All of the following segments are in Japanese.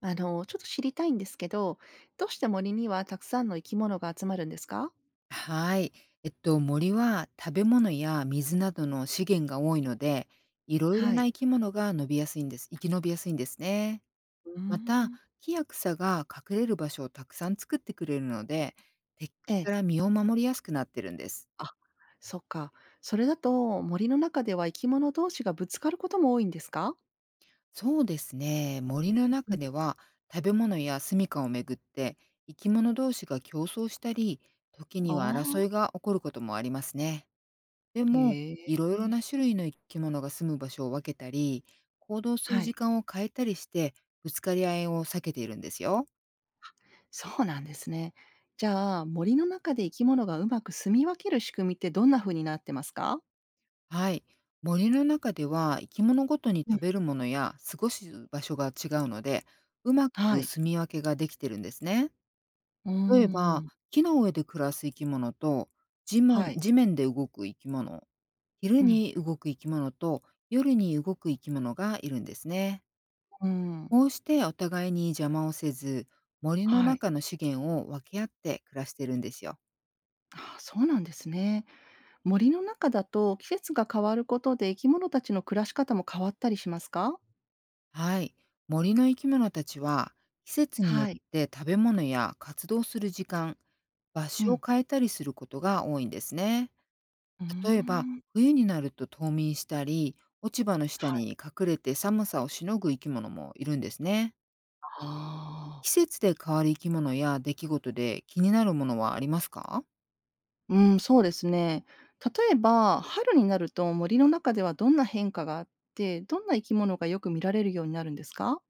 ちょっと知りたいんですけど、どうして森にはたくさんの生き物が集まるんですか？はい。森は食べ物や水などの資源が多いので、いろいろはない。生き物が伸びやすいんです。生き延びやすいんですね。うーまた、ん。木や草が隠れる場所をたくさん作ってくれるので、敵えかえ。ら身を守りやすくなってるんです。あ、そっか。それだと森の中では生き物同士がぶつかることも多いんですか？そうですね。森のう中ん。では食べ物や住処をめぐって、生き物同士が競争したり、時にあはあ、争いが起こることもありますね。でも、へえ。いろいろな種類の生き物が住む場所を分けたり、行動するは時い。間を変えたりして、ぶつかり合いを避けているんですよ。そうなんですね。じゃあ、森の中で生き物がうまく住み分ける仕組みってどんな風になってますか？はい。森の中では生き物ごとにうん。食べるものや過ごす場所が違うので、うまはくい。住み分けができてるんですね。うー例えば、ん。木の上で暮らす生き物と、地面はい。地面で動く生き物、昼うん。に動く生き物と、夜に動く生き物がいるんですね。うーん。こうしてお互いに邪魔をせず、森のはい。中の資源を分け合って暮らしてるんですよ。あ、そうなんですね。森の中だと季節が変わることで生き物たちの暮らし方も変わったりしますか？はい。森の生き物たちは、季節によっはい。て食べ物や活動する時間、場う所をん。変えたりすることが多いんですね。うー例えば、ん。冬になると冬眠したり、落ち葉の下はい。に隠れて寒さをしのぐ生き物もいるんですね。あ季あ。節で変わる生き物や出来事で気になるものはありますか？うん、そうですね。例えば、春になると森の中ではどんな変化があって、どんな生き物がよく見られるようになるんですか？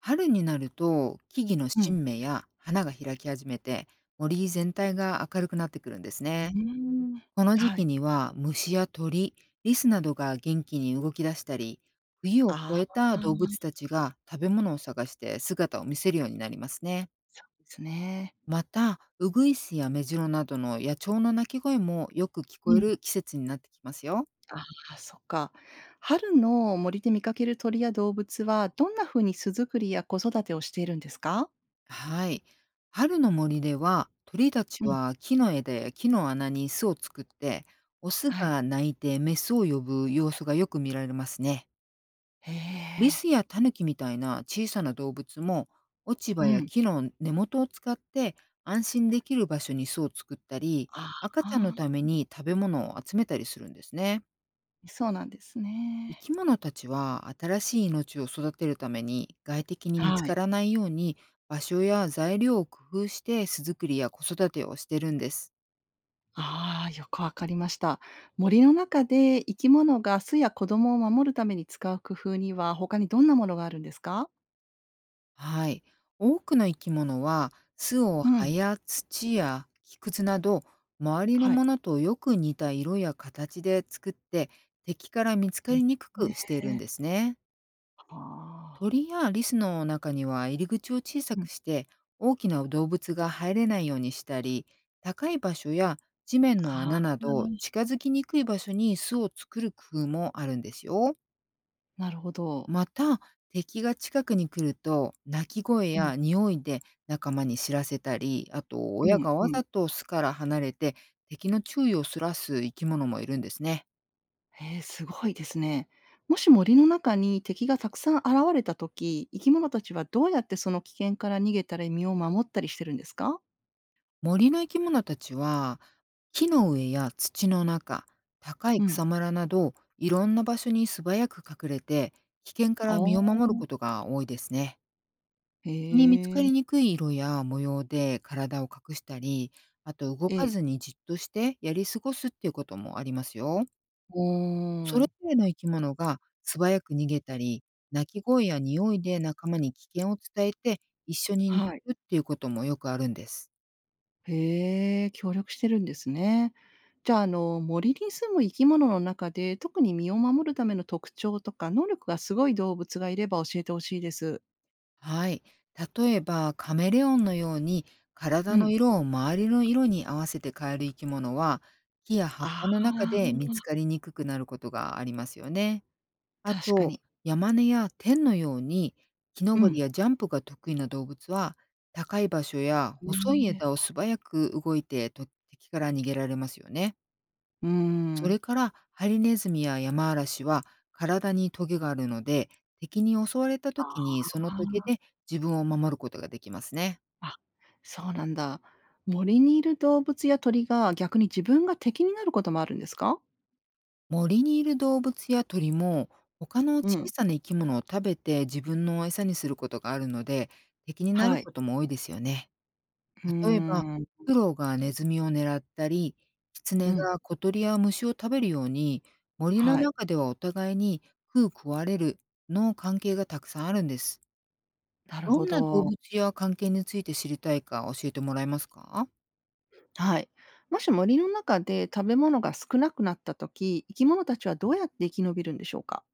春になると木々のうん。新芽や花が開き始めて、森全体が明るくなってくるんですうね。ーん。この時は期い。には虫や鳥、リスなどが元気に動き出したり、冬を越あえあ、た動物たちが食べ物を探して姿を見せるようになりますね。そうですね。また、ウグイスやメジロなどの野鳥の鳴き声もよく聞うこえん。る季節になってきますよ。ああ、そっか。春の森で見かける鳥や動物はどんな風に巣作りや子育てをしているんですか？はい。春の森では、鳥たちうん。は木の枝や木の穴に巣を作って、オスはい。が鳴いてメスを呼ぶ様子がよく見られますね。へリスえ。やタヌキみたいな小さな動物も、落ち葉うやん。木の根元を使って安心できる場所に巣を作ったり、あ赤ちゃんのたあ、めに食べ物を集めたりするんですね。そうなんです生きね。物たちは新しい命を育てるために外敵に見つはかい。らないように、場所や材料を工夫して巣作りや子育てをしてるんです。ああ、よくわかりました。森の中で生き物が巣や子供を守るために使う工夫には、他にどんなものがあるんですか？はい。多くの生き物は巣をう葉ん。や土や木くずなど周りのはい。ものとよく似た色や形で作って、敵から見つかへりにくくしているんえ。ですね。ああ。鳥やリスの中には入り口を小さうん。くして大きな動物が入れないようにしたり、高い場所や地面のあ穴あ、など近づきにくい場所に巣を作る工夫もあるんですよ。なるほど。また、敵が近くに来ると鳴き声うん。や匂いで仲間に知らせたり、あとう親んがわうん。ざと巣から離れて敵の注意をそらす生き物もいるんですね。へえ、すごいですね。もし森の中に敵がたくさん現れたとき、生き物たちはどうやってその危険から逃げたり身を守ったりしてるんですか？森の生き物たちは木の上や土の中、高いうん。草むらなどいろんな場所に素早く隠れて、危険かあら身をあ、守ることが多いですね。へ敵に見つかりにえ、くい色や模様で体を隠したり、あと動えかえ。ずにじっとしてやり過ごすっていうこともありますよ。うーそれぞん、れの生き物が素早く逃げたり、鳴き声や匂いで仲間に危険を伝えて一緒に逃はい。げるっていうこともよくあるんです。へえ、協力してるんですね。じゃあ、森に住む生き物の中で、特に身を守るための特徴とか能力がすごい動物がいれば教えてほしいです。はい。例えばカメレオンのように体うのん。色を周りの色に合わせて変える生き物は、木や葉っぱあの中あ、で見つかりにくくなることがありますよね。あ確かと、に。山根や天のように木う登りん。やジャンプが得意な動物は、高い場所やへ細いえ。枝を素早く動いてと敵から逃げられますよね。うそれん。からハリネズミやヤマアラシは体にトゲがあるので、敵に襲われたあ時あ、にそのトゲで自分を守ることができますね。あ、そうなんだ。森にいる動物や鳥が逆に自分が敵になることもあるんですか？森にいる動物や鳥も他のう小ん、さな生き物を食べて自分の餌にすることがあるので、敵になるはこい。とも多いですよね。うー例えば、ん、フクロウがネズミを狙ったり、キツうネん、が小鳥や虫を食べるように、森のはい、中ではお互いに食う食われるの関係がたくさんあるんです。なるどほんな動物ど。や関係について知りたいか教えてもらえますか？はい。もし森の中で食べ物が少なくなった時、生き物たちはどうやって生き延びるんでしょうか？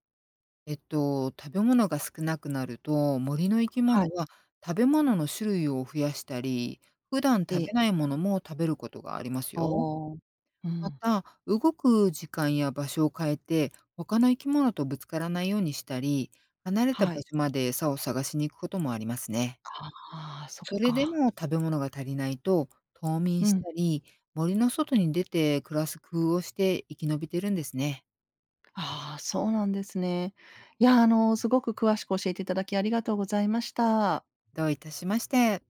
食べ物が少なくなると、森の生きは物い、は食べ物の種類を増やしたり、普段え食べえ、ないものも食べることがありますあよ。あ、うまん、た、動く時間や場所を変えて、他の生き物とぶつからないようにしたり、離れた場はい。所まで餌を探しに行くこともありますね。ああ、そっそれでか。も食べ物が足りないと、冬眠うしん、たり、森の外に出て暮らす工夫をして生き延びてるんですね。ああ、そうなんですね。いや、すごく詳しく教えていただきありがとうございました。どういたしまして。